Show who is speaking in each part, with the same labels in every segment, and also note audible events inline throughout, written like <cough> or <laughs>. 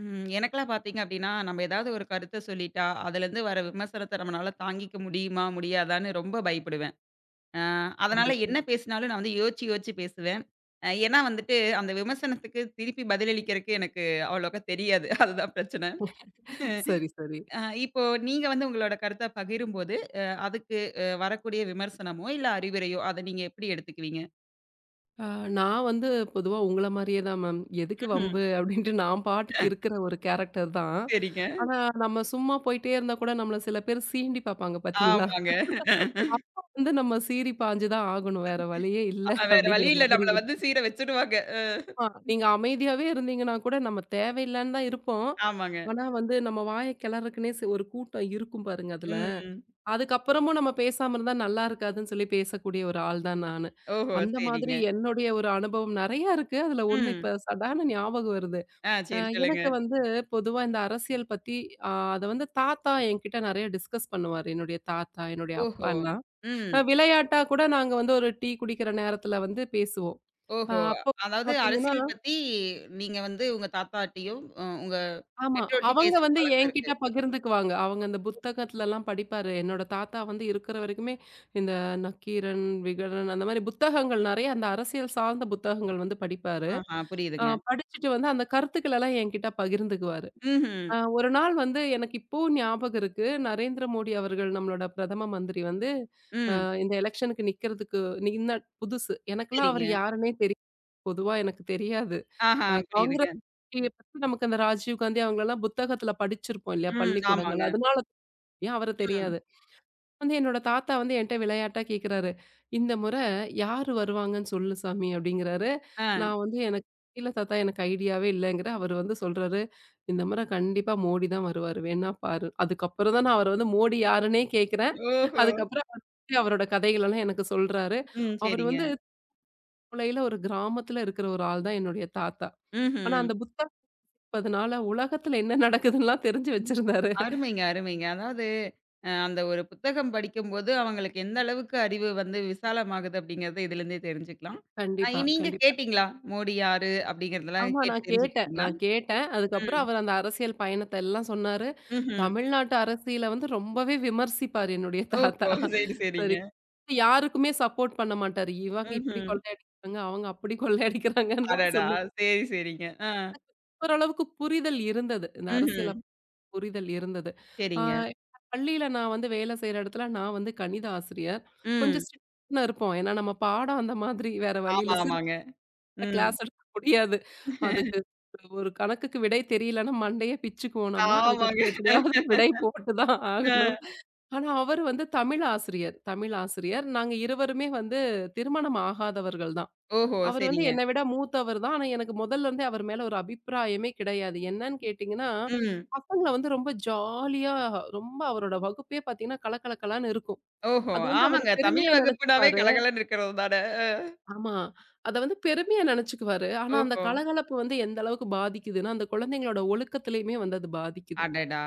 Speaker 1: ம். எனக்கெல்லாம் பார்த்தீங்க அப்டின்னா, நம்ம ஏதாவது ஒரு கருத்த சொல்லிட்டா, அதுலேருந்து வர விமர்சனத்த நம்மனால தாங்கிக்க முடியுமா? முடியாதான்னு ரொம்ப பயப்படுவேன். அ அதனால
Speaker 2: கண்டிப்பா.
Speaker 1: என்ன பேசினாலும் நான் வந்து யோசிச்சு, யோசிச்சு பேசுவேன். ஏன்னா வந்துட்டு, அந்த விமர்சனத்துக்கு திருப்பி பதிலளிக்கிறக்கு எனக்கு அவ்வளோக்கா தெரியாது. <laughs> அதுதான் பிரச்சனை.
Speaker 2: சரி, சரி.
Speaker 1: அ இப்போ நீங்க வந்து உங்களோட கருத்த பகிரும்போது, அதுக்கு வரக்கூடிய விமர்சனமோ, இல்ல அறிவுரையோ, அத நீங்க எப்டி எடுத்துக்குவீங்க?
Speaker 2: ஆ நான் வந்து பொதுவா உங்கள மாரியே தான் மேம். எதுக்கு
Speaker 1: ம்ஹ்ம்.
Speaker 2: வம்பு அப்படின்ட்டு நான் பாட்டுக்கு இருக்கிற ஒரு கேரக்டர் தான்.
Speaker 1: சரிங்க.
Speaker 2: ஆனா நம்ம சும்மா போயிட்டே இருந்தா கூட நம்மள சில பேர் சீண்டி பாப்பாங்க பாத்தீங்களா?
Speaker 1: ஆமாங்க.
Speaker 2: அப்ப வந்து நம்ம சீறி பாய்ஞ்சு தான் ஆகணும். வேற வழியே இல்ல
Speaker 1: வேற வழி
Speaker 2: அப்படிங்கிற
Speaker 1: இல்ல.
Speaker 2: மாதிரி
Speaker 1: நம்மள வந்து
Speaker 2: இருக்கும்.
Speaker 1: சீர வச்சுடுவாங்க.
Speaker 2: நீங்க அமைதியாவே இருந்தீங்கன்னா கூட நம்ம தேவையில்லன்னு தான் இருப்போம்.
Speaker 1: ஆமாங்க.
Speaker 2: ஆனா வந்து நம்ம வாய கிளறக்குன்னே ஒரு கூட்டம் இருக்கும் பாருங்க அதுல.
Speaker 1: ம்.
Speaker 2: அதுக்கப்புறமும் நம்ம பேசாம இருந்தா நல்லா இருக்காதுன்னு சொல்லி பேசக்கூடிய ஒரு ஆள் தான் நானு.
Speaker 1: ஓஹோ!
Speaker 2: அந்த மாதிரி
Speaker 1: சரிங்க.
Speaker 2: என்னுடைய ஒரு அனுபவம் நெறையா இருக்கு. அதுல ஒண்ணு
Speaker 1: ம்.
Speaker 2: இப்ப சடார்ன்னு ஞாபகம் வருது.
Speaker 1: ஆ,
Speaker 2: அ
Speaker 1: சரி சொல்லுங்க.
Speaker 2: எனக்கு வந்து பொதுவா இந்த அரசியல் பத்தி அ அத வந்து தாத்தா என்கிட்ட நெறைய டிஸ்கஸ் பண்ணுவாரு. என்னுடைய தாத்தா, என்னுடைய அப்பா
Speaker 1: ஓஹோ!
Speaker 2: எல்லாம்.
Speaker 1: ம்.
Speaker 2: விளையாட்டா கூட நாங்க வந்து ஒரு டீ குடிக்கிற நேரத்துல வந்து பேசுவோம்.
Speaker 1: ஓஹோ!
Speaker 2: அப்போ
Speaker 1: அதாவது
Speaker 2: பார்த்தீங்கன்னா
Speaker 1: அரசியல் பத்தி நீங்க வந்து உங்க தாத்தாட்டயும், உங்க
Speaker 2: ஆமா.
Speaker 1: பெற்றோர்ட்டயும்
Speaker 2: அவங்க
Speaker 1: பேசுற
Speaker 2: வந்து
Speaker 1: பழக்கம் இருக்கு.
Speaker 2: என்கிட்ட பகிர்ந்துக்குவாங்க. அவங்க அந்த புத்தகத்துலலாம் படிப்பாரு. என்னோட தாத்தா வந்து இருக்கிற வரைக்குமே, இந்த நக்கீரன், விகடன் அந்த மாரி புத்தகங்கள் நெறைய அந்த அரசியல் சார்ந்த புத்தகங்கள் வந்து படிப்பாரு.
Speaker 1: ஆஹா புரியுதுங்க.
Speaker 2: படிச்சுட்டு வந்து அந்த கருத்துக்களெல்லாம் என்கிட்ட பகிர்ந்துக்குவாரு.
Speaker 1: ம்ஹ்ம்.
Speaker 2: ஒரு நாள் வந்து எனக்கு இப்பவும் ஞாபகம் இருக்கு. நரேந்திர மோடி அவர்கள் நம்மளோட பிரதம மந்திரி வந்து, அ
Speaker 1: ம்.
Speaker 2: இந்த எலக்ஷனுக்கு நிக்கிறதுக்கு நின்ன புதுசு. எனக்கெல்லாம் அவர்
Speaker 1: சரிங்க.
Speaker 2: யாருன்னே தெரியாது. பொதுவா எனக்கு தெரியாது.
Speaker 1: ஆஹா புரியுதுங்க.
Speaker 2: காங்கிரஸ் கட்சிய பத்தி நமக்கு அந்த ராஜீவ் காந்தி அவங்களலாம் புத்தகத்துல படிச்சிருப்போம் இல்லையா?
Speaker 1: ம்.
Speaker 2: பள்ளிக்கூடங்கள்.
Speaker 1: ஆமாங்க.
Speaker 2: அதனால தெரியும். அவர
Speaker 1: ம்.
Speaker 2: தெரியாது. வந்து என்னோட தாத்தா வந்து என்ட்ட விளையாட்டா கேட்கிறாரு. "இந்த முறை யாரு வருவாங்கன்னு சொல்லு சாமி" அப்படிங்கிறாரு.
Speaker 1: ஆ.
Speaker 2: நான் வந்து எனக்கு "இல்ல தாத்தா எனக்கு ஐடியாவே இல்லைங்கிறேன்." அவரு வந்து சொல்றாரு, "இந்த முறை கண்டிப்பா மோடி தான் வருவாரு. வேணா பாரு." அதுக்கப்புறம் தான் நான் அவர வந்து மோடி யாருன்னே கேட்கிறேன்.
Speaker 1: ஓஹோ!
Speaker 2: அதுக்கப்புறம் அவர் வந்து அவரோட கதைகளெல்லாம் எனக்கு சொல்றாரு.
Speaker 1: ம்.
Speaker 2: அவரு
Speaker 1: சரிங்க.
Speaker 2: வந்து தொலைல ஒரு கிராமத்துல இருக்கிற ஒரு ஆள் தான் என்னுடைய தாத்தா. ஆனா
Speaker 1: ம்ஹ்ம்.
Speaker 2: அந்த புத்தகம் அதனால உலகத்துல என்ன நடக்குதுன்னுலாம் தெரிஞ்சு வச்சிருந்தாரு.
Speaker 1: அருமைங்க, அருமைங்க. அதாவது அந்த ஒரு புத்தகம் படிக்கும்போது, அவங்களுக்கு எந்த அளவுக்கு அறிவு வந்து விசாலமாகுது அப்படிங்கிறத இதுலருந்தே தெரிஞ்சுக்கலாம்.
Speaker 2: கண்டிப்பா,
Speaker 1: நீங்க
Speaker 2: கண்டிப்பா.
Speaker 1: கேட்டீங்களா? மோடி யாரு? அப்படிங்கிறதெல்லாம்
Speaker 2: ஆமா
Speaker 1: கேட்டு
Speaker 2: நான் கேட்டேன்
Speaker 1: தெரிஞ்சுக்கிட்டீங்களா?
Speaker 2: நான் கேட்டேன்.
Speaker 1: ம்.
Speaker 2: அதுக்கப்புறம் அவர் அந்த அரசியல் பயணத்த எல்லாம் சொன்னாரு.
Speaker 1: ம்ஹ்ம்.
Speaker 2: தமிழ்நாட்டு அரசியல வந்து ரொம்பவே விமர்சிப்பாரு என்னுடைய தாத்தா.
Speaker 1: ஓஹோ! சரி, சரிங்க.
Speaker 2: சரி. யாருக்குமே சப்போர்ட் பண்ண மாட்டாரு. இவங்க இப்படி
Speaker 1: ம்ஹ்ம்.
Speaker 2: கொள்ளையடிக்கிறாங்க, அவங்க அப்படி கொள்ளையடிக்கிறாங்கன்னு தான்
Speaker 1: அடடா!
Speaker 2: சொல்லு.
Speaker 1: சரி, சரிங்க. ஆ.
Speaker 2: ஓரளவுக்கு புரிதல் இருந்தது. இந்த அரசியல
Speaker 1: ம்ஹ்ம்.
Speaker 2: புரிதல் இருந்தது. ஆ
Speaker 1: சரிங்க.
Speaker 2: பள்ளியில நான் வந்து வேலை செய்ற இடத்துல நான் வந்து கணித ஆசிரியர். கொஞ்சம்
Speaker 1: ம்.
Speaker 2: ஸ்ட்ரிக்ட்னு இருப்போம். ஏன்னா நம்ம பாடம் அந்த மாதிரி வேற வழி
Speaker 1: ஆமா,
Speaker 2: இல்ல.
Speaker 1: ஆமாங்க.
Speaker 2: சிரிச்சுக்கிட்டே
Speaker 1: ம்.
Speaker 2: கிளாஸ் எடுக்க முடியாது. அதுக்கு ஒரு கணக்குக்கு விடை தெரியலன்னா மண்டைய பிச்சுக்குவோம் நம்ம.
Speaker 1: ஆமாங்க.
Speaker 2: அதுக்கப்புறம் எப்படியாவது விடை போட்டு தான்
Speaker 1: அ.
Speaker 2: ஆகணும். ஆனா அவரு வந்து தமிழ் ஆசிரியர். நாங்க இருவருமே வந்து திருமணம் ஆகாதவர்கள் தான்.
Speaker 1: ஓஹோ!
Speaker 2: அவர் வந்து
Speaker 1: சரிங்க.
Speaker 2: என்ன விட மூத்தவர் தான். ஆனா எனக்கு முதல்ல இருந்தே அவர் மேல ஒரு அபிப்பிராயமே கிடையாது. என்னன்னு கேட்டீங்கன்னா,
Speaker 1: ம்.
Speaker 2: பசங்கள வந்து ரொம்ப ஜாலியா ரொம்ப அவரோட வகுப்பே பார்த்தீங்கன்னா, கலகலகலன்னு இருக்கும்.
Speaker 1: ஓஹோ!
Speaker 2: அது வந்து அவரு
Speaker 1: ஆமாங்க. தமிழ்
Speaker 2: பெருமையா
Speaker 1: வகுப்புனாவே
Speaker 2: நெனச்சுப்பாரு.
Speaker 1: கலகலன்னு இருக்கிறது தானே. அ.
Speaker 2: ஆமா. அத வந்து பெருமையா நெனச்சுக்குவாரு. ஆனா அந்த
Speaker 1: ஓஹோ!
Speaker 2: கலகலப்பு வந்து எந்த அளவுக்கு பாதிக்குதுன்னா, அந்த குழந்தைங்களோட ஒழுக்கத்திலயுமே வந்து அது பாதிக்குது.
Speaker 1: அடடா!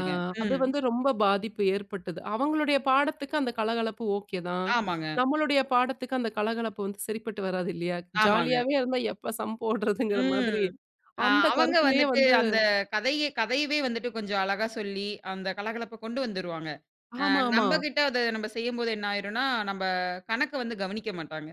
Speaker 2: ஆ அது
Speaker 1: ம்.
Speaker 2: வந்து ரொம்ப பாதிப்பு ஏற்பட்டது. அவங்களுடைய பாடத்துக்கு அந்த கலகலப்பு ஓகே தான்.
Speaker 1: ஆமாங்க,
Speaker 2: நம்மளுடைய பாடத்துக்கு அந்த கலகலப்பு வந்து சரிப்பட்டு வராது இல்லையா?
Speaker 1: ஆமாங்க.
Speaker 2: ஜாலியாவே இருந்தா எப்ப சம்ப் போடுறதுங்கிற
Speaker 1: ம்.
Speaker 2: மாதிரி
Speaker 1: அ
Speaker 2: அந்த
Speaker 1: அவங்க
Speaker 2: கருத்துலயே
Speaker 1: வந்துட்டு
Speaker 2: வந்து
Speaker 1: அந்த கதையவே வந்துட்டு கொஞ்சம் அழகா சொல்லி, அந்த கலகலப்ப கொண்டு வந்துருவாங்க. அ
Speaker 2: ஆமாமா.
Speaker 1: நம்பகிட்ட அத நம்ம செய்யும்போது என்ன ஆயிரும்னா, நம்ப கணக்க வந்து கவனிக்க மாட்டாங்க.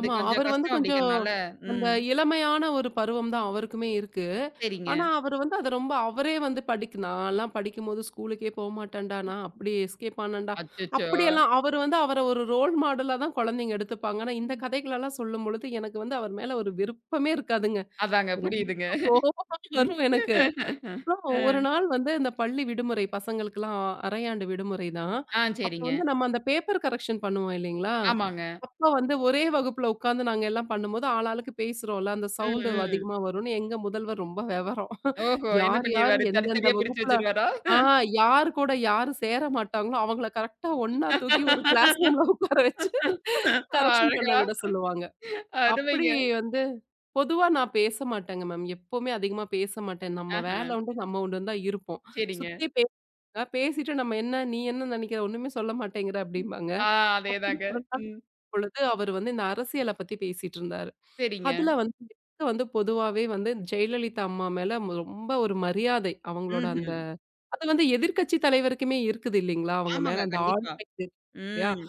Speaker 1: இது கொஞ்சம்
Speaker 2: அவர் வந்து
Speaker 1: கஷ்டம்
Speaker 2: கொஞ்சம்
Speaker 1: அப்படிங்கிறனால
Speaker 2: அந்த
Speaker 1: ம்.
Speaker 2: இளமையான ஒரு பருவம் தான் அவருக்குமே இருக்கு.
Speaker 1: சரிங்க.
Speaker 2: ஆனா, அவரு வந்து அத ரொம்ப அவரே வந்து நான்லாம் படிக்கும்போது ஸ்கூலுக்கே போமாட்டேன்டா, நான் அப்படி எஸ்கேப் ஆனேன்டா,
Speaker 1: அச்சச்சோ!
Speaker 2: அப்படியெல்லாம் அவர் வந்து அவர ஒரு ரோல் மாடலா தான் குழந்தைங்க எடுத்துப்பாங்க. ஆனா, இந்த கதைகளெல்லாம் சொல்லும்பொழுது எனக்கு வந்து அவர் மேல ஒரு விருப்பமே இருக்காதுங்க.
Speaker 1: அதாங்க
Speaker 2: ரொம்ப
Speaker 1: புரியுதுங்க.
Speaker 2: கோவமா வரும் எனக்கு.
Speaker 1: <laughs> ம்.
Speaker 2: அப்புறம் ஒரு
Speaker 1: அ.
Speaker 2: நாள் வந்து இந்த பள்ளி விடுமுறை பசங்களுக்கெல்லாம் அரையாண்டு விடுமுறை தான்.
Speaker 1: ஆ
Speaker 2: அப்போ
Speaker 1: சரிங்க.
Speaker 2: வந்து நம்ம அந்த பேப்பர் கரெக்ஷன் பண்ணுவோம் இல்லைங்களா?
Speaker 1: ஆமாங்க.
Speaker 2: அப்ப வந்து ஒரே வகுப்புல உட்கார்ந்து நாங்க எல்லாம் பண்ணும்போது ஆளாளுக்கு பேசுறோம்ல, அந்த
Speaker 1: ம்,
Speaker 2: சவுண்டு
Speaker 1: ம்.
Speaker 2: அதிகமா வரும்னு எங்க முதல்வர் ரொம்ப வெவரம்.
Speaker 1: ஓஹோ! என்ன
Speaker 2: யார் யார்
Speaker 1: பண்ணிருவாரு?
Speaker 2: எந்தெந்த
Speaker 1: தனித்தனியா பிரிச்சு
Speaker 2: வகுப்புல
Speaker 1: வச்சுருவாரா?
Speaker 2: ஆ யார் கூட யாரு சேர மாட்டாங்களோ அவங்கள கரெக்ட்டா ஒண்ணா தூக்கி ஒரு கிளாஸ் ரூம்ல
Speaker 1: <laughs>
Speaker 2: உட்கார வச்சு கரெக்ஷன் பண்ண
Speaker 1: அழகா!
Speaker 2: விட சொல்லுவாங்க. அப்படி
Speaker 1: அருமைங்க.
Speaker 2: வந்து பொதுவா நான் பேச மாட்டேங்க மேம். எப்பவுமே அதிகமா பேச மாட்டேன். நம்ம
Speaker 1: ஆஹா,
Speaker 2: வேல உண்டு, நம்ம உண்டுன்னு தான் இருப்போம்.
Speaker 1: சரிங்க.
Speaker 2: சுத்தி பேசுங்க, பேசிட்டு நம்ம என்ன நீ என்ன நெனைக்கிற? ஒண்ணுமே சொல்ல மாட்டேங்கிற அப்படிம்பாங்க.
Speaker 1: ஆ,
Speaker 2: அப்படி
Speaker 1: அதேதாங்க.
Speaker 2: ஒரு நாள்
Speaker 1: ம்.
Speaker 2: பொழுது அவர் வந்து இந்த அரசியல பத்தி பேசிட்டு இருந்தாரு.
Speaker 1: சரிங்க.
Speaker 2: அதுல வந்து எனக்கு வந்து பொதுவாவே வந்து ஜெயலலிதா அம்மா மேல ரொம்ப ஒரு மரியாதை. அவங்களோட அந்த
Speaker 1: ம்ஹ்ம்.
Speaker 2: அது வந்து எதிர்க்கட்சி தலைவருக்குமே இருக்குது இல்லைங்களா? அவங்க
Speaker 1: ஆமாங்க.
Speaker 2: மேல அந்த
Speaker 1: கண்டிப்பா.
Speaker 2: ஆளுமை இருக்கு.
Speaker 1: ம்.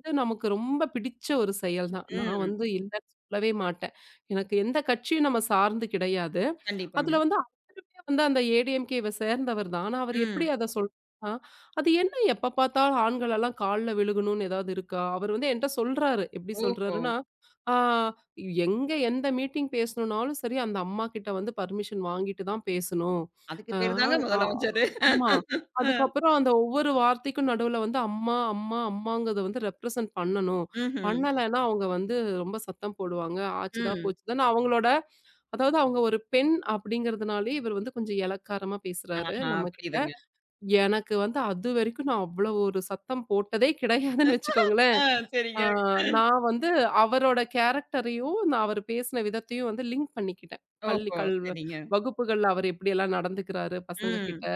Speaker 2: இது நமக்கு ரொம்ப பிடிச்ச ஒரு செயல் தான். நான்
Speaker 1: ம்.
Speaker 2: வந்து இல்லன்னு சொல்லவே மாட்டேன். எனக்கு எந்த கட்சியும் நம்ம சார்ந்து கிடையாது.
Speaker 1: கண்டிப்பாங்க.
Speaker 2: அதுல வந்து அவருமே வந்து அந்த ஏடிஎம்கேவ சேர்ந்தவர் தான். ஆனா அவர் எப்படி
Speaker 1: ம்.
Speaker 2: அத சொல்றார்னா, அது என்ன எப்ப பார்த்தாலும் ஆண்கள் எல்லாம் கால்ல விழுகணும்னு ஏதாவது இருக்கா? அவர் வந்து என்ட்ட சொல்றாரு. எப்படி
Speaker 1: ஓஹோ!
Speaker 2: சொல்றாருன்னா, ஆ எங்க எந்த மீட்டிங் பேசணும்னாலும் சரி, அந்த அம்மா கிட்ட வந்து பர்மிஷன் வாங்கிட்டு தான் பேசணும்.
Speaker 1: அதுக்கு
Speaker 2: அ
Speaker 1: பேரு தாங்க
Speaker 2: ஆ
Speaker 1: முதலமைச்சரு.
Speaker 2: ஆமா.
Speaker 1: அ.
Speaker 2: அதுக்கப்புறம் அந்த ஒவ்வொரு வார்த்தைக்கும் நடுவுல வந்து அம்மா, அம்மா, அம்மாங்கிறத வந்து ரெப்ரசன்ட் பண்ணணும்.
Speaker 1: ம்ஹ்ம்.
Speaker 2: பண்ணலைன்னா அவங்க வந்து ரொம்ப சத்தம் போடுவாங்க. ஆச்சுதா
Speaker 1: ம்.
Speaker 2: போச்சுதான்னு அவங்களோட அதாவது அவங்க ஒரு பெண் அப்படிங்கிறதுனாலே இவர் வந்து கொஞ்சம் எளக்காரமா பேசுறாரு
Speaker 1: ஆஹா,
Speaker 2: நம்மகிட்ட.
Speaker 1: புரியுதுங்க.
Speaker 2: எனக்கு வந்து அதுவரைக்கும் நான் அவ்வளவு ஒரு சத்தம் போட்டதே கிடையாதுன்னு வச்சுக்கோங்களேன்.
Speaker 1: ஆ
Speaker 2: ஆ
Speaker 1: சரிங்க.
Speaker 2: நான் வந்து அவரோட கேரக்டரையும், நான் அவர் பேசின விதத்தையும் வந்து லிங்க் பண்ணிக்கிட்டேன். பள்ளி
Speaker 1: ஓஹோ!
Speaker 2: கல்
Speaker 1: சரிங்க.
Speaker 2: வகுப்புகள்ல அவர் எப்படியெல்லாம் நடந்துக்கிறாரு பசங்க கிட்ட,
Speaker 1: ம்.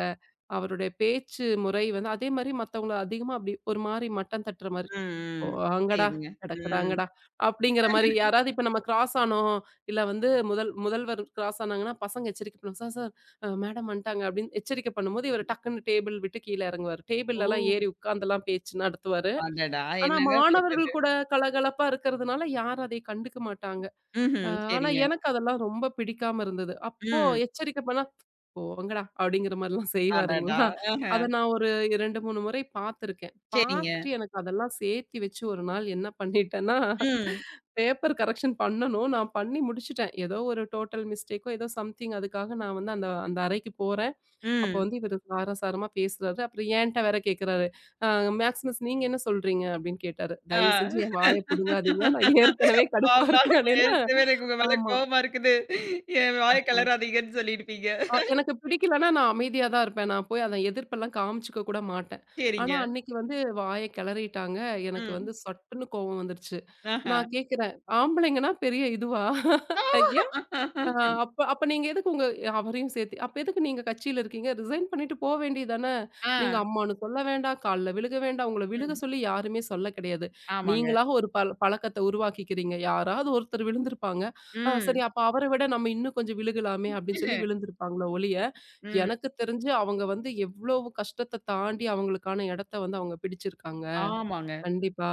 Speaker 2: அவருடைய பேச்சு முறை வந்து அதே மாரி மத்தவங்கள அதிகமா அப்படி ஒரு மாரி மட்டம் தட்டுற மாரி
Speaker 1: ம்,
Speaker 2: ஓ!
Speaker 1: ம்.
Speaker 2: "ஆங்கடா
Speaker 1: புரியுதுங்க. ம்.
Speaker 2: கிடக்குறாங்கடா" அப்படிங்கிற மாரி யாராவது இப்ப நம்ம கிராஸ் ஆனோம், இல்ல வந்து முதல்வர் கிராஸ் ஆனாங்கன்னா, பசங்க எச்சரிக்கை பண்ணுவாங்க. "சார், சார் மேடம் வந்துட்டாங்க" அப்படின்னு எச்சரிக்கை பண்ணும்போது, இவரு டக்குன்னு டேபிள் விட்டு கீழ இறங்குவாரு.
Speaker 1: ஓ!
Speaker 2: டேபிள்லலாம் ஏறி உட்கார்ந்துலாம் பேச்சு நடத்துவாரு.
Speaker 1: அடடா!
Speaker 2: ஆனா,
Speaker 1: என்னங்க பழக்கம் இது?
Speaker 2: மாணவர்கள் கூட கலகலப்பா இருக்கிறதுனால யாரும் அதை கண்டுக்க மாட்டாங்க. அ
Speaker 1: ம்ஹ்ம்.
Speaker 2: ஆனா
Speaker 1: சரிங்க.
Speaker 2: எனக்கு அதெல்லாம் ரொம்ப பிடிக்காம இருந்தது. அப்போ
Speaker 1: ம்.
Speaker 2: எச்சரிக்கை பண்ணா, "போங்கடா" அப்படிங்கிற மாரிலாம்
Speaker 1: அடடா!
Speaker 2: செய்வாருங்களா.
Speaker 1: ஆஹ.
Speaker 2: அத நான் ஒரு 2, 3 முறை பார்த்துருக்கேன்.
Speaker 1: சரிங்க.
Speaker 2: பார்த்துட்டு எனக்கு அதெல்லாம் சேர்த்தி வச்சு ஒரு நாள் என்ன பண்ணிட்டேன்னா,
Speaker 1: ம்.
Speaker 2: பேப்பர் கரெக்ஷன் பண்ணணும். நான் பண்ணி முடிச்சுட்டேன். ஏதோ ஒரு டோட்டல் மிஸ்டேக்கோ ஏதோ சம்திங் அதுக்காக நான் வந்து அந்த அந்த அறைக்கு போறேன். அப்போ
Speaker 1: ம்.
Speaker 2: வந்து இவரு காரசாரமா பேசுறாரு. அப்புறம் என்ட்ட வேற கேட்குறாரு. "அ மேக்ஸிமஸ் நீங்க என்ன சொல்றீங்க?" அப்படின்னு கேட்டாரு.
Speaker 1: ஆ.
Speaker 2: "தயவு செஞ்சு என் வாய புடுங்காதீங்க. நான் ஏற்கனவே கடுப்பா
Speaker 1: ஆமா.
Speaker 2: இருக்கேன்"
Speaker 1: நான்
Speaker 2: அப்படின்னா
Speaker 1: ஏற்கனவே எனக்கு உங்க மேல
Speaker 2: ஆமா.
Speaker 1: கோவமா இருக்குது. என் வாய
Speaker 2: ஆமா.
Speaker 1: கலராதீங்கன்னு சொல்லிருப்பீங்க.
Speaker 2: எனக்கு பிடிக்கலன்னா நான் அமைதியா தான் இருப்பேன். நான் போய் அத எதிர்ப்பெல்லாம் காமிச்சுக்க கூட மாட்டேன். ஆனா
Speaker 1: சரிங்க.
Speaker 2: அன்னைக்கு வந்து வாய கிளறிட்டாங்க. எனக்கு
Speaker 1: ம்.
Speaker 2: வந்து சட்டுன்னு கோவம் வந்துருச்சு.
Speaker 1: ஆஹா.
Speaker 2: நான் கேட்கிறேன், ஆம்பளைங்கன்னா பெரிய இதுவா? ஆ அப்ப அப்ப நீங்க எதுக்கு உங்க அவரையும் சேர்த்து அப்ப எதுக்கு நீங்க கட்சியில இருக்கீங்க? ரிசைன் பண்ணிட்டு போ வேண்டியது தானே!
Speaker 1: ஆ.
Speaker 2: நீங்க அம்மான்னு சொல்ல வேண்டாம், கால்ல விழுக வேண்டாம். உங்கள விழுக
Speaker 1: ம்.
Speaker 2: சொல்லி யாருமே சொல்ல கிடையாது.
Speaker 1: ஆமாங்க.
Speaker 2: நீங்களா ஒரு பழக்கத்த உருவாக்கிக்கிறீங்க. யாராவது ஒருத்தர் விழுந்திருப்பாங்க.
Speaker 1: ம்.
Speaker 2: சரி அப்ப அவர விட நம்ம இன்னும் கொஞ்சம் விழுகலாமே அப்படின்னு சொல்லி விழுந்திருப்பாங்களே ஒழிய,
Speaker 1: ம்.
Speaker 2: எனக்கு தெரிஞ்சு அவங்க வந்து எவ்வளவு கஷ்டத்த தாண்டி அவங்களுக்கான இடத்த வந்து அவங்க பிடிச்சிருக்காங்க.
Speaker 1: ஆமாங்க.
Speaker 2: கண்டிப்பா.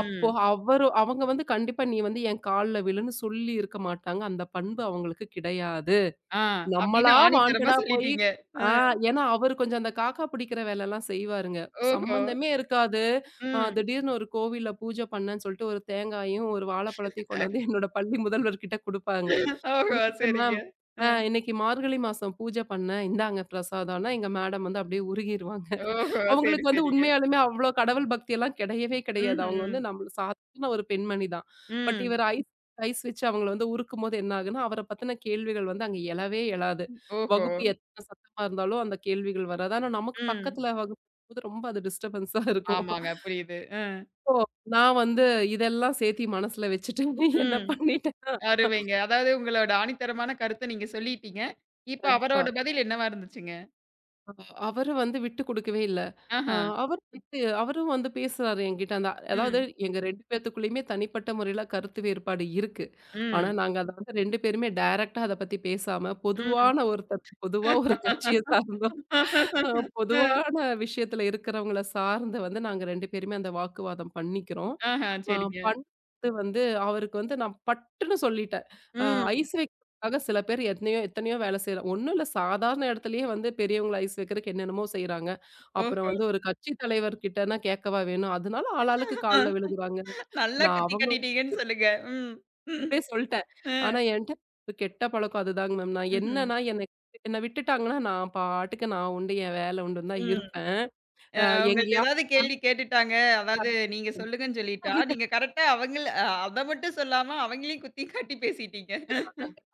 Speaker 2: அப்போ அவரு அவங்க வந்து கண்டிப்பா நீ வந்து என் கால்ல விழுன்னு சொல்லி இருக்க மாட்டாங்க. அந்த பண்பு அவங்களுக்கு கிடையாது.
Speaker 1: ஆ, அப்படின்னு
Speaker 2: நம்மளா
Speaker 1: ஆணித்தரமா
Speaker 2: வாண்டடா போயி
Speaker 1: சொல்லிட்டீங்க. அ.
Speaker 2: ஆ ஏன்னா அவரு கொஞ்சம் அந்த காக்கா பிடிக்கிற வேலைலாம் செய்வாருங்க.
Speaker 1: ஓஹோ!
Speaker 2: சம்மந்தமே இருக்காது.
Speaker 1: ம்.
Speaker 2: திடீர்னு ஒரு கோவில்ல பூஜை பண்ணேன்னு சொல்லிட்டு ஒரு தேங்காயும், ஒரு வாழைப்பழத்தையும் கொண்டு வந்து என்னோட பள்ளி முதல்வர்கிட்ட குடுப்பாங்க.
Speaker 1: ஓஹோ!
Speaker 2: குடுத்துட்டு
Speaker 1: சரிங்க.
Speaker 2: மேம்
Speaker 1: அ.
Speaker 2: இன்னைக்கு மார்கழி மாசம் பூஜை பண்ணேன். இந்தாங்க பிரசாதம்னா எங்க மேடம் வந்து அப்படியே உருகிருவாங்க.
Speaker 1: ஓஹோ! சரி,
Speaker 2: அவங்களுக்கு வந்து
Speaker 1: சரிங்க.
Speaker 2: உண்மையாலுமே அவ்ளோ கடவுள் பக்தியெல்லாம் கிடையவே கிடையாது. அவங்க
Speaker 1: ம்ஹ்ம்.
Speaker 2: வந்து நம்மள சாதாரண ஒரு பெண்மணி தான். பட்
Speaker 1: ம்.
Speaker 2: இவர் ஐஸ் ஐஸ் வச்சு அவங்கள வந்து உருக்கும்போது என்ன ஆகுன்னா, அவர பத்தின கேள்விகள் வந்து அங்க எழவே எழாது.
Speaker 1: ஓஹோ!
Speaker 2: வகுப்பு எத்தன சத்தமா இருந்தாலும் அந்த கேள்விகள் வராது. ஆனா நமக்கு
Speaker 1: ம்.
Speaker 2: பக்கத்துல வகுப்பு போது ரொம்ப அது டிஸ்டர்பன்ஸா இருக்கும்.
Speaker 1: ஆமாங்க. புரியுது. அ.
Speaker 2: ஸோ நான் வந்து இதெல்லாம் சேர்த்தி மனசுல வச்சுட்டு <laughs> என்ன
Speaker 1: ம்.
Speaker 2: பண்ணிட்டேன்னா
Speaker 1: அருமைங்க. அதாவது உங்களோட ஆணித்தரமான கருத்த நீங்க சொல்லிட்டீங்க. இப்ப
Speaker 2: கண்டிப்பா.
Speaker 1: அவரோட பதில் என்னவா இருந்துச்சுங்க?
Speaker 2: அ அவரு வந்து விட்டு குடுக்கவே இல்ல. அ
Speaker 1: ஆஹா.
Speaker 2: அவர் வந்து அவரும் வந்து பேசுறாரு என்கிட்ட. அந்த அதாவது
Speaker 1: ம்.
Speaker 2: எங்க 2 பேத்துக்குள்ளயுமே தனிப்பட்ட முறையில கருத்து வேறுபாடு இருக்கு. ஆனா,
Speaker 1: ம்.
Speaker 2: நாங்க அத வந்து 2 பேருமே டைரக்ட்டா அத பத்தி பேசாம,
Speaker 1: ம்.
Speaker 2: பொதுவான ஒருத்தர் பொதுவா ஒரு கட்சிய சார்ந்த
Speaker 1: <laughs> அ.
Speaker 2: அ பொதுவான விஷயத்துல இருக்கிறவங்கள சார்ந்து வந்து நாங்க 2 பேருமே அந்த வாக்குவாதம் பண்ணிக்கிறோம்.
Speaker 1: ஆஹா.
Speaker 2: அ
Speaker 1: சரிங்க.
Speaker 2: பண்ணிட்டு வந்து அவருக்கு வந்து நான் பட்டுன்னு சொல்லிட்டேன். அ
Speaker 1: ம்.
Speaker 2: ஐஸ் வைக்கிறதுக்காக சில பேர் எத்தனையோ எத்தனையோ வேலை செய்றோம். ஒண்ணும் இல்ல சாதாரண இடத்துலயே வந்து பெரியவங்கள ஐஸ் வைக்கிறதுக்கு என்னென்னமோ செய்றாங்க. அப்புறம்
Speaker 1: ஓஹோ!
Speaker 2: வந்து ஒரு கட்சி தலைவர் கிட்டனா கேட்கவா வேணும்? அதனால ஆளாளுக்கு கால்ல
Speaker 1: அ
Speaker 2: விழுகுறாங்கங்க.
Speaker 1: நல்லா
Speaker 2: நான்
Speaker 1: குத்தி
Speaker 2: அவங்ககிட்டயே
Speaker 1: காட்டிட்டீங்கன்னு சொல்லுங்க. ம்.
Speaker 2: சொல்ட்டேன்.
Speaker 1: அ.
Speaker 2: ஆனா என்ட்ட ஒரு கெட்ட பழக்கம் அதுதாங்க மேம். நான்
Speaker 1: ம்ஹ்ம்.
Speaker 2: என்ன விட்டுட்டாங்கன்னா நான் பாட்டுக்கு நான் உண்டு, என் வேலை உண்டுன்னு தான்
Speaker 1: ம்.
Speaker 2: இருப்பேன். அ
Speaker 1: அ உங்கள்ட்ட
Speaker 2: எங்கேயாவது
Speaker 1: ஏதாவது கேள்வி கேட்டுட்டாங்க. அதாவது நீங்க சொல்லுங்கன்னு சொல்லிட்டா,
Speaker 2: கத்துறாங்க
Speaker 1: நீங்க
Speaker 2: <laughs>
Speaker 1: கரெக்ட்டா அவங்கள அத மட்டும் சொல்லாம அவங்களையும் குத்தி காட்டி பேசிட்டீங்க.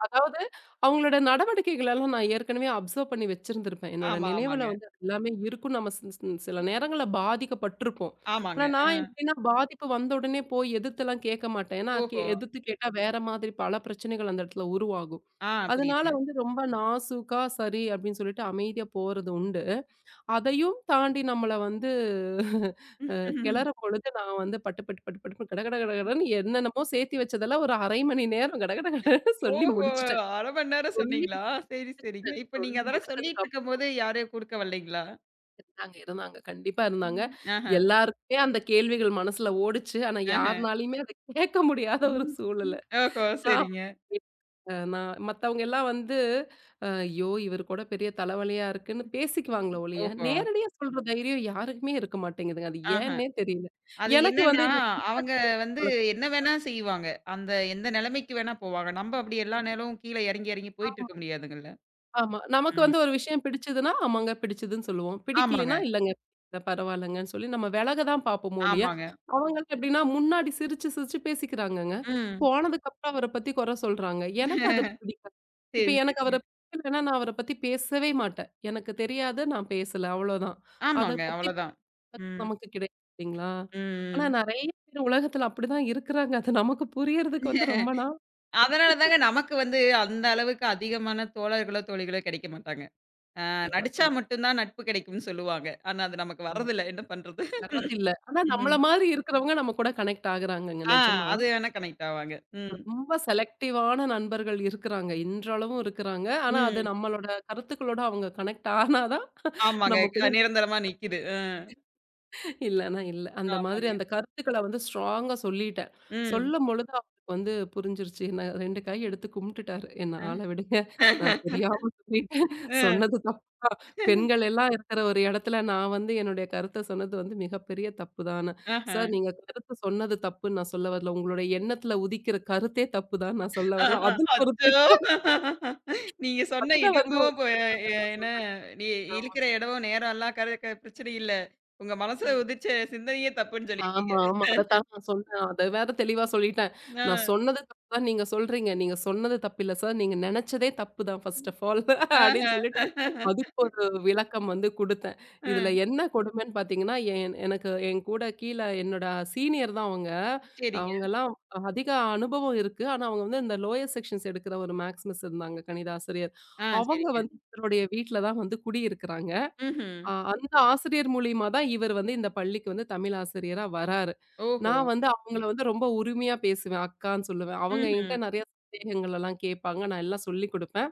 Speaker 2: அதாவது அவங்களோட நடவடிக்கைகள் எல்லாம் நான் ஏற்கனவே அப்சர்வ் பண்ணி வச்சிருந்திருப்பேன். என்னோட
Speaker 1: ஆமா,
Speaker 2: நினைவுல
Speaker 1: ஆமாங்க.
Speaker 2: வந்து அது எல்லாமே இருக்கும். நம்ம சி சி சில நேரங்கள்ல பாதிக்கப்பட்டிருப்போம்.
Speaker 1: ஆமாங்க.
Speaker 2: ஆனா
Speaker 1: அ.
Speaker 2: நான் எப்படின்னா பாதிப்பு வந்த உடனே போய் எதிர்த்துலாம் கேட்க மாட்டேன். ஏன்னா
Speaker 1: ஓஹோ!
Speaker 2: எதிர்த்து கேட்டா வேற மாதிரி பல பிரச்சனைகள் அந்த இடத்துல உருவாகும்.
Speaker 1: ஆ
Speaker 2: அதனால
Speaker 1: புரியுதுங்க.
Speaker 2: வந்து ரொம்ப நாசூக்கா சரி அப்படின்னு சொல்லிட்டு அமைதியா போறது உண்டு. அதையும் தாண்டி நம்மள வந்து <laughs>
Speaker 1: ம்ஹ்ம்.
Speaker 2: கிளறும் பொழுது நான் வந்து பட்டு பட்டு பட்டு பட்டுன்னு கட கட கட கடன்னு என்னென்னமோ சேர்த்தி வச்சதெல்லாம் ஒரு 1/2 மணி நேரம் கட கட கடன்னு சொல்லி
Speaker 1: ஓஹோ!
Speaker 2: முடிச்சுட்டேன்.
Speaker 1: 1/2 மணி நேரம்
Speaker 2: சொல்லி
Speaker 1: சொன்னீங்களா? சரி, சரிங்க. இப்ப நீங்க
Speaker 2: சொல்லி
Speaker 1: அதெல்லாம்
Speaker 2: முடிச்சதுக்கு
Speaker 1: சொல்லிட்டு
Speaker 2: அப்புறம்
Speaker 1: இருக்கும்போது யாரும் குறுக்க வரலைங்களா?
Speaker 2: இருந்தாங்க இருந்தாங்க. கண்டிப்பா இருந்தாங்க.
Speaker 1: ம். ஆஹ,
Speaker 2: எல்லாருக்குமே அந்த கேள்விகள் மனசுல ஓடுச்சு. ஆனா
Speaker 1: ஆஹ.
Speaker 2: யார்னாலயுமே அத கேட்க முடியாத ஒரு
Speaker 1: ம்,
Speaker 2: சூழலு.
Speaker 1: ம். ஓஹோ!
Speaker 2: ஆமா.
Speaker 1: சரிங்க.
Speaker 2: நான் மத்தவங்க எல்லாம் வந்து, "ஐயோ! இவரு கூட பெரிய தலைவலியா இருக்குன்னு" பேசிக்குவாங்களே ஒழிய,
Speaker 1: ஓஹோ!
Speaker 2: நேரடியா சொல்ற தைரியம் யாருக்குமே இருக்க மாட்டேங்குதுங்க. அது
Speaker 1: ஆஹ.
Speaker 2: ஏன்னே தெரியல.
Speaker 1: அது
Speaker 2: எனக்கு வந்து
Speaker 1: என்னன்னா,
Speaker 2: இந்த feedback
Speaker 1: அவங்க
Speaker 2: பேசுற
Speaker 1: வந்து
Speaker 2: பழக்கம்.
Speaker 1: என்ன வேணா செய்வாங்க. அந்த எந்த நிலைமைக்கு வேணா போவாங்க. நம்ம அப்படி எல்லா நேரமும் கீழ இறங்கி, இறங்கி போயிட்டு இருக்க முடியாதுங்கல்ல.
Speaker 2: ஆமா. நமக்கு
Speaker 1: ம்.
Speaker 2: வந்து ஒரு விஷயம் பிடிச்சதுன்னா, ஆமாங்க பிடிச்சதுன்னு சொல்லுவோம்.
Speaker 1: ஆமாங்க,
Speaker 2: பிடிக்கலைன்னா, இல்லங்க பிடிக்கல பரவாயில்லங்கன்னு சொல்லி நம்ம விலக தான் பார்ப்போமே ஒழிய,
Speaker 1: ஆமாங்க.
Speaker 2: அவங்கலாம் எப்படின்னா முன்னாடி சிரிச்சு சிரிச்சு பேசிக்கிறாங்கங்க.
Speaker 1: ம்.
Speaker 2: போனதுக்கப்புறம் அவர பத்தி குறை சொல்றாங்க. எனக்கு அது பிடிக்கல. இப்ப
Speaker 1: சரி,
Speaker 2: எனக்கு அவர
Speaker 1: சரிங்க.
Speaker 2: பிடிக்கலன்னா, நான் அவர பத்தி பேசவே மாட்டேன். எனக்கு தெரியாது, நான் பேசல அவ்வளோதான். அத
Speaker 1: ஆமாங்க.
Speaker 2: பத்தி
Speaker 1: அவ்வளதான். ம்,
Speaker 2: நமக்கு கிடையாது இல்லைங்களா? ஆனா
Speaker 1: ம்,
Speaker 2: நெறைய பேர் உலகத்துல அப்படிதான் இருக்கிறாங்க. அது நமக்கு புரியறதுக்கு வந்து
Speaker 1: ம்.
Speaker 2: ரொம்ப நாள்
Speaker 1: அதனால தாங்க நமக்கு வந்து அந்த அளவுக்கு அதிகமான தோழர்களோ, தோழிகளோ கிடைக்க மாட்டாங்க.
Speaker 2: கண்டிப்பா
Speaker 1: நடிச்சா
Speaker 2: கண்டிப்பா.
Speaker 1: மட்டும் தான் நட்பு கிடைக்கும்னு சொல்லுவாங்க. ஆனா அது நமக்கு வர்றதில்ல. என்ன பண்றது?
Speaker 2: வர்றதில்ல. ஆனா நம்மள
Speaker 1: ம்.
Speaker 2: மாதிரி இருக்கிறவங்க நம்ம கூட கனெக்ட் ஆகுறாங்கங்க
Speaker 1: ஆ,
Speaker 2: நிஜமா.
Speaker 1: அது வேணா கனெக்ட் ஆவாங்க. ம்.
Speaker 2: ரொம்ப செலக்டிவான நண்பர்கள் இருக்கிறாங்க. இன்றளவும் இருக்கிறாங்க. ஆனா அது
Speaker 1: ம்.
Speaker 2: நம்மளோட கருத்துக்களோட அவங்க கனெக்ட் ஆனா தான்
Speaker 1: ஆமாங்க.
Speaker 2: நம்ம கூட
Speaker 1: நிரந்தரமா நிக்குது. அ.
Speaker 2: இல்லன்னா இல்ல. அந்த மாதிரி
Speaker 1: ஆமாங்க.
Speaker 2: அந்த கருத்துக்கள வந்து ஸ்ட்ராங்கா சொல்லிட்டேன்.
Speaker 1: ம்.
Speaker 2: சொல்லும்பொழுது அவருக்கு வந்து புரிஞ்சிருச்சு. என்ன 2 கை எடுத்து கும்பிட்டுட்டாரு. என்ன ஆள விடுங்க.
Speaker 1: <laughs>
Speaker 2: நான்
Speaker 1: அ.
Speaker 2: தெரியாம சொல்லிட்டேன்.
Speaker 1: அ.
Speaker 2: சொன்னது தப்புதான். பெண்கள் எல்லாம் இருக்கிற ஒரு இடத்துல நான் வந்து என்னுடைய கருத்த சொன்னது வந்து மிகப்பெரிய தப்பு தான்னு.
Speaker 1: ஆஹ.
Speaker 2: சார் நீங்க கருத்து சொன்னது தப்புன்னு நான் சொல்ல வரல. உங்களுடைய எண்ணத்துல உதிக்கிற கருத்தே தப்பு தான் நான் சொல்ல வரல. அதுல ஒரு
Speaker 1: அச்சோ!
Speaker 2: திருப்பம்
Speaker 1: நீங்க சொன்ன
Speaker 2: அதுல வந்து
Speaker 1: இடமோ
Speaker 2: ஒரு
Speaker 1: ப
Speaker 2: திருத்தத்த
Speaker 1: எ
Speaker 2: நான்
Speaker 1: என்ன
Speaker 2: சொன்னேன்.
Speaker 1: நீ
Speaker 2: ஆமா.
Speaker 1: இழுக்கிற இடமும் நேரம் எல்லாம் கர க பிரச்சனை இல்ல. உங்க மனசுல
Speaker 2: ம்.
Speaker 1: உதிச்ச சிந்தனையே தப்புன்னு சொல்லிட்டீங்க.
Speaker 2: ஆமா, ஆமா. அதத்தான் நான் சொன்னேன். அத வேற தெளிவா சொல்லிட்டேன்.
Speaker 1: அ.
Speaker 2: நான் சொன்னது தப்பு தான் நீங்க சொல்றீங்க. நீங்க சொன்னது தப்பில்ல சார். நீங்க நெனச்சதே தப்பு தான் ஃபர்ஸ்ட் ஆஃப் ஆல் <laughs> அப்படின்னு
Speaker 1: ஆஹ.
Speaker 2: சொல்லிட்டு, அதுக்கு ஒரு விளக்கம் வந்து குடுத்தேன். இதுல
Speaker 1: அ.
Speaker 2: என்ன கொடுமைன்னு பார்த்தீங்கன்னா, என் எனக்கு என் கூட கீழ என்னோட சீனியர் தான் அவங்க.
Speaker 1: சரிங்க.
Speaker 2: அவங்கலாம் அதிக அனுபவம் இருக்கு. ஆனா, அவங்க வந்து இந்த லோயர் செக்ஷன்ஸ் எடுக்கிற ஒரு மேக்ஸ் மிஸ் இருந்தாங்க, கணித ஆசிரியர்.
Speaker 1: ஆ,
Speaker 2: அவங்க
Speaker 1: சரிங்க.
Speaker 2: வந்து தன்னுடைய வீட்ல தான் வந்து குடியிருக்கிறாங்க.
Speaker 1: ம்ஹ்ம்.
Speaker 2: அந்த ஆசிரியர் மூலியமா தான் இவர் வந்து இந்த பள்ளிக்கு வந்து தமிழ் ஆசிரியரா வராரு.
Speaker 1: ஓஹோ!
Speaker 2: நான் வந்து அவங்கள வந்து ரொம்ப உரிமையா பேசுவேன். அக்கான்னு சொல்லுவேன். அவங்க
Speaker 1: ம்ஹ்ம்.
Speaker 2: என்கிட்ட நெறைய சந்தேகங்கள் எல்லாம் கேட்பாங்க. நான் எல்லாம் சொல்லிக் குடுப்பேன்.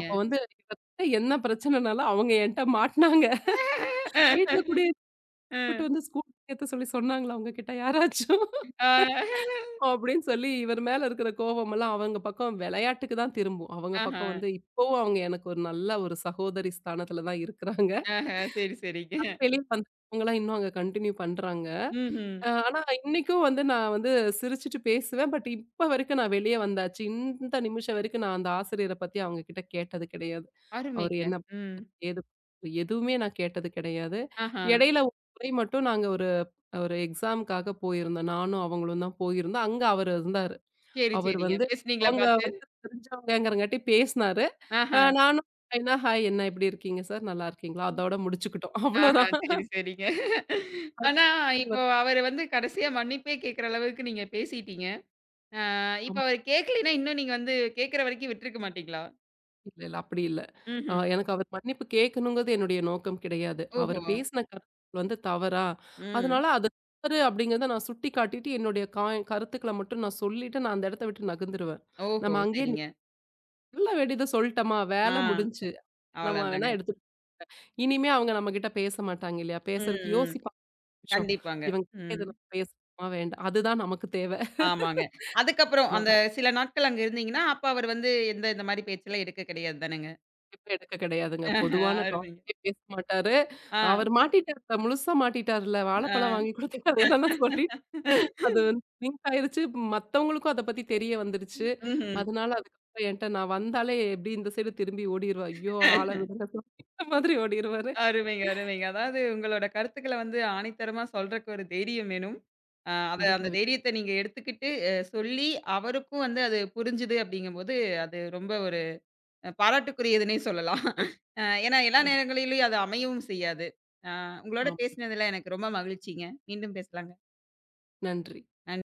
Speaker 2: அப்ப வந்து இவர்கிட்ட என்ன பிரச்சனைனாலும் அவங்க என்ட்ட மாட்னாங்க. வீட்ல கூடயே
Speaker 1: <laughs>
Speaker 2: கூப்பிட்டு
Speaker 1: அ.
Speaker 2: வந்து ஸ்கூல் சேர்த்த சொல்லி சொன்னாங்களா உங்ககிட்ட யாராச்சும்?
Speaker 1: ஆ.
Speaker 2: அப்படின்னு சொல்லி இவர் மேல இருக்கிற கோவமெல்லாம் அவங்க பக்கம் விளையாட்டுக்கு தான் திரும்பும். அவங்க
Speaker 1: ஆஹா.
Speaker 2: பக்கம் வந்து இப்பவும் அவங்க எனக்கு ஒரு நல்ல ஒரு சகோதரி ஸ்தானத்துல தான் இருக்கிறாங்க.
Speaker 1: ஆஹா. சரி, சரிங்க.
Speaker 2: அது வெளிய வந்தவங்கலாம் இன்னும் அங்க கன்டின்யூ பண்றாங்க.
Speaker 1: ம்ஹ்ம்.
Speaker 2: ஆனா, இன்னைக்கும் வந்து நான் வந்து சிரிச்சுட்டு பேசுவேன். பட் இப்ப வரைக்கும் நான் வெளிய வந்தாச்சு. இந்த நிமிஷம் வரைக்கும் நான் அந்த ஆசிரியர பத்தி அவங்க கிட்ட கேட்டது கிடையாது. அவரு
Speaker 1: அருமைங்க.
Speaker 2: என்ன,
Speaker 1: ம்.
Speaker 2: ஏது எதுவுமே நான் கேட்டது கிடையாது.
Speaker 1: ஆஹா.
Speaker 2: இடையில ஒரு முறை மட்டும் நாங்க ஒரு ஒரு எக்ஸாம்க்காக போயிருந்தோம். நானும் அவங்களும் தான் போயிருந்தோம். அங்க அவரு இருந்தாரு.
Speaker 1: சரி,
Speaker 2: அவரு
Speaker 1: சரிங்க.
Speaker 2: வந்து
Speaker 1: பேசுனீங்களா
Speaker 2: அவங்க
Speaker 1: பார்த்து?
Speaker 2: வந்து தெரிஞ்சவங்கங்கிறங்காட்டி பேசினாரு.
Speaker 1: ஆஹா.
Speaker 2: நானும் ஹாய்னா, "ஹாய் என்ன எப்படி இருக்கீங்க சார்? நல்லா இருக்கீங்களா?" அதோட முடிச்சுக்கிட்டோம்.
Speaker 1: ஆஹா.
Speaker 2: அவ்வளோதான்.
Speaker 1: சரி, சரிங்க. ஆனா, இப்போ அவரு வந்து கடைசியா மன்னிப்பே கேட்கிற அளவுக்கு நீங்க பேசிட்டீங்க. இப்ப அவரு கேட்கலைன்னா, இன்னும் நீங்க வந்து கேட்கிற வரைக்கும் விட்டுருக்க மாட்டீங்களா?
Speaker 2: இல்ல, இல்ல. அப்படி இல்ல.
Speaker 1: ம்ஹ்ம்.
Speaker 2: எனக்கு அவர் மன்னிப்பு கேட்கணுங்கிறது என்னுடைய நோக்கம் கிடையாது. அவர்
Speaker 1: ஓஹோ!
Speaker 2: பேசின கருத்து வந்து தவறா,
Speaker 1: ம்.
Speaker 2: அதனால அது தவறு அப்படிங்கிறத நான் சுட்டிக்காட்டிட்டு, என்னுடைய கருத்துக்கள மட்டும் நான் சொல்லிட்டு, நான் அந்த இடத்த விட்டு நகர்ந்துருவேன்.
Speaker 1: ஓஹோ!
Speaker 2: நம்ம அங்கேயே நி
Speaker 1: சரிங்க.
Speaker 2: சொல்ல வேண்டியத சொல்ட்டோமா, வேலை
Speaker 1: ஆ.
Speaker 2: முடிஞ்சுச்சு. நம்ம வேணா
Speaker 1: அவ்வளோதாங்க.
Speaker 2: எடுத்து இனிமே அவங்க நம்மகிட்ட பேச மாட்டாங்க இல்லையா?
Speaker 1: ம்,
Speaker 2: பேசுறதுக்கு
Speaker 1: ம்.
Speaker 2: யோசிப்பாங்க ஒரு நிமிஷம்.
Speaker 1: கண்டிப்பாங்க.
Speaker 2: இவங்க கிட்ட
Speaker 1: ம்.
Speaker 2: இத நம்ம பேசணுமா வேண்டாம். அதுதான் நமக்கு தேவை.
Speaker 1: ஆமாங்க. அதுக்கப்புறம் அந்த சில நாட்கள் அங்க இருந்தீங்கன்னா, அப்ப அவர் வந்து எந்த இந்த மாரி பேச்செல்லாம் எடுக்க கிடையாது தானங்க.
Speaker 2: இப்ப எடுக்க கிடையாதுங்க.
Speaker 1: ஆஹ, <laughs>
Speaker 2: பொதுவான
Speaker 1: அருமைங்க.
Speaker 2: டாபிக்கே பேச மாட்டாரு.
Speaker 1: ஆ,
Speaker 2: அவரு மாட்டிட்டாருல, முழுசா மாட்டிட்டாருல.
Speaker 1: ஆ.
Speaker 2: வாழைப்பழம் வாங்கி குடுத்த கதையெல்லாம் சொல்லி அது வந்து லிங்க் ஆயிருச்சு. மத்தவங்களுக்கும் அத பத்தி தெரிய வந்துருச்சு.
Speaker 1: ம்ஹ்ம்.
Speaker 2: அதனால அதுக்கப்புறம் என்ட்ட நான் வந்தாலே எப்படி இந்த சைடு திரும்பி ஓடிருவா. "ஐயோ! ஆள விடுங்க சாமி" அந்த மாதிரி ஓடிருவாரு.
Speaker 1: அருமைங்க, அருமைங்க. அதாவது உங்களோட கருத்துக்கள வந்து ஆணித்தரமா சொல்றக்கு ஒரு தைரியம் வேணும். அத அந்த
Speaker 2: கண்டிப்பா.
Speaker 1: தைரியத்த நீங்க எடுத்துக்கிட்டு சொல்லி அவருக்கும் வந்து அது புரிஞ்சுது அப்படிங்கும்போது, அது ரொம்ப ஒரு பாராட்டுக்குரியதுன்னே சொல்லலாம். ஏன்னா எல்லா நேரங்களிலும் அது அமையவும் செய்யாது. அ உங்களோட
Speaker 2: ஆமா.
Speaker 1: பேசினதுல எனக்கு ரொம்ப மகிழ்ச்சிங்க. மீண்டும் பேசலாங்க.
Speaker 2: நன்றி.
Speaker 1: நன்றி.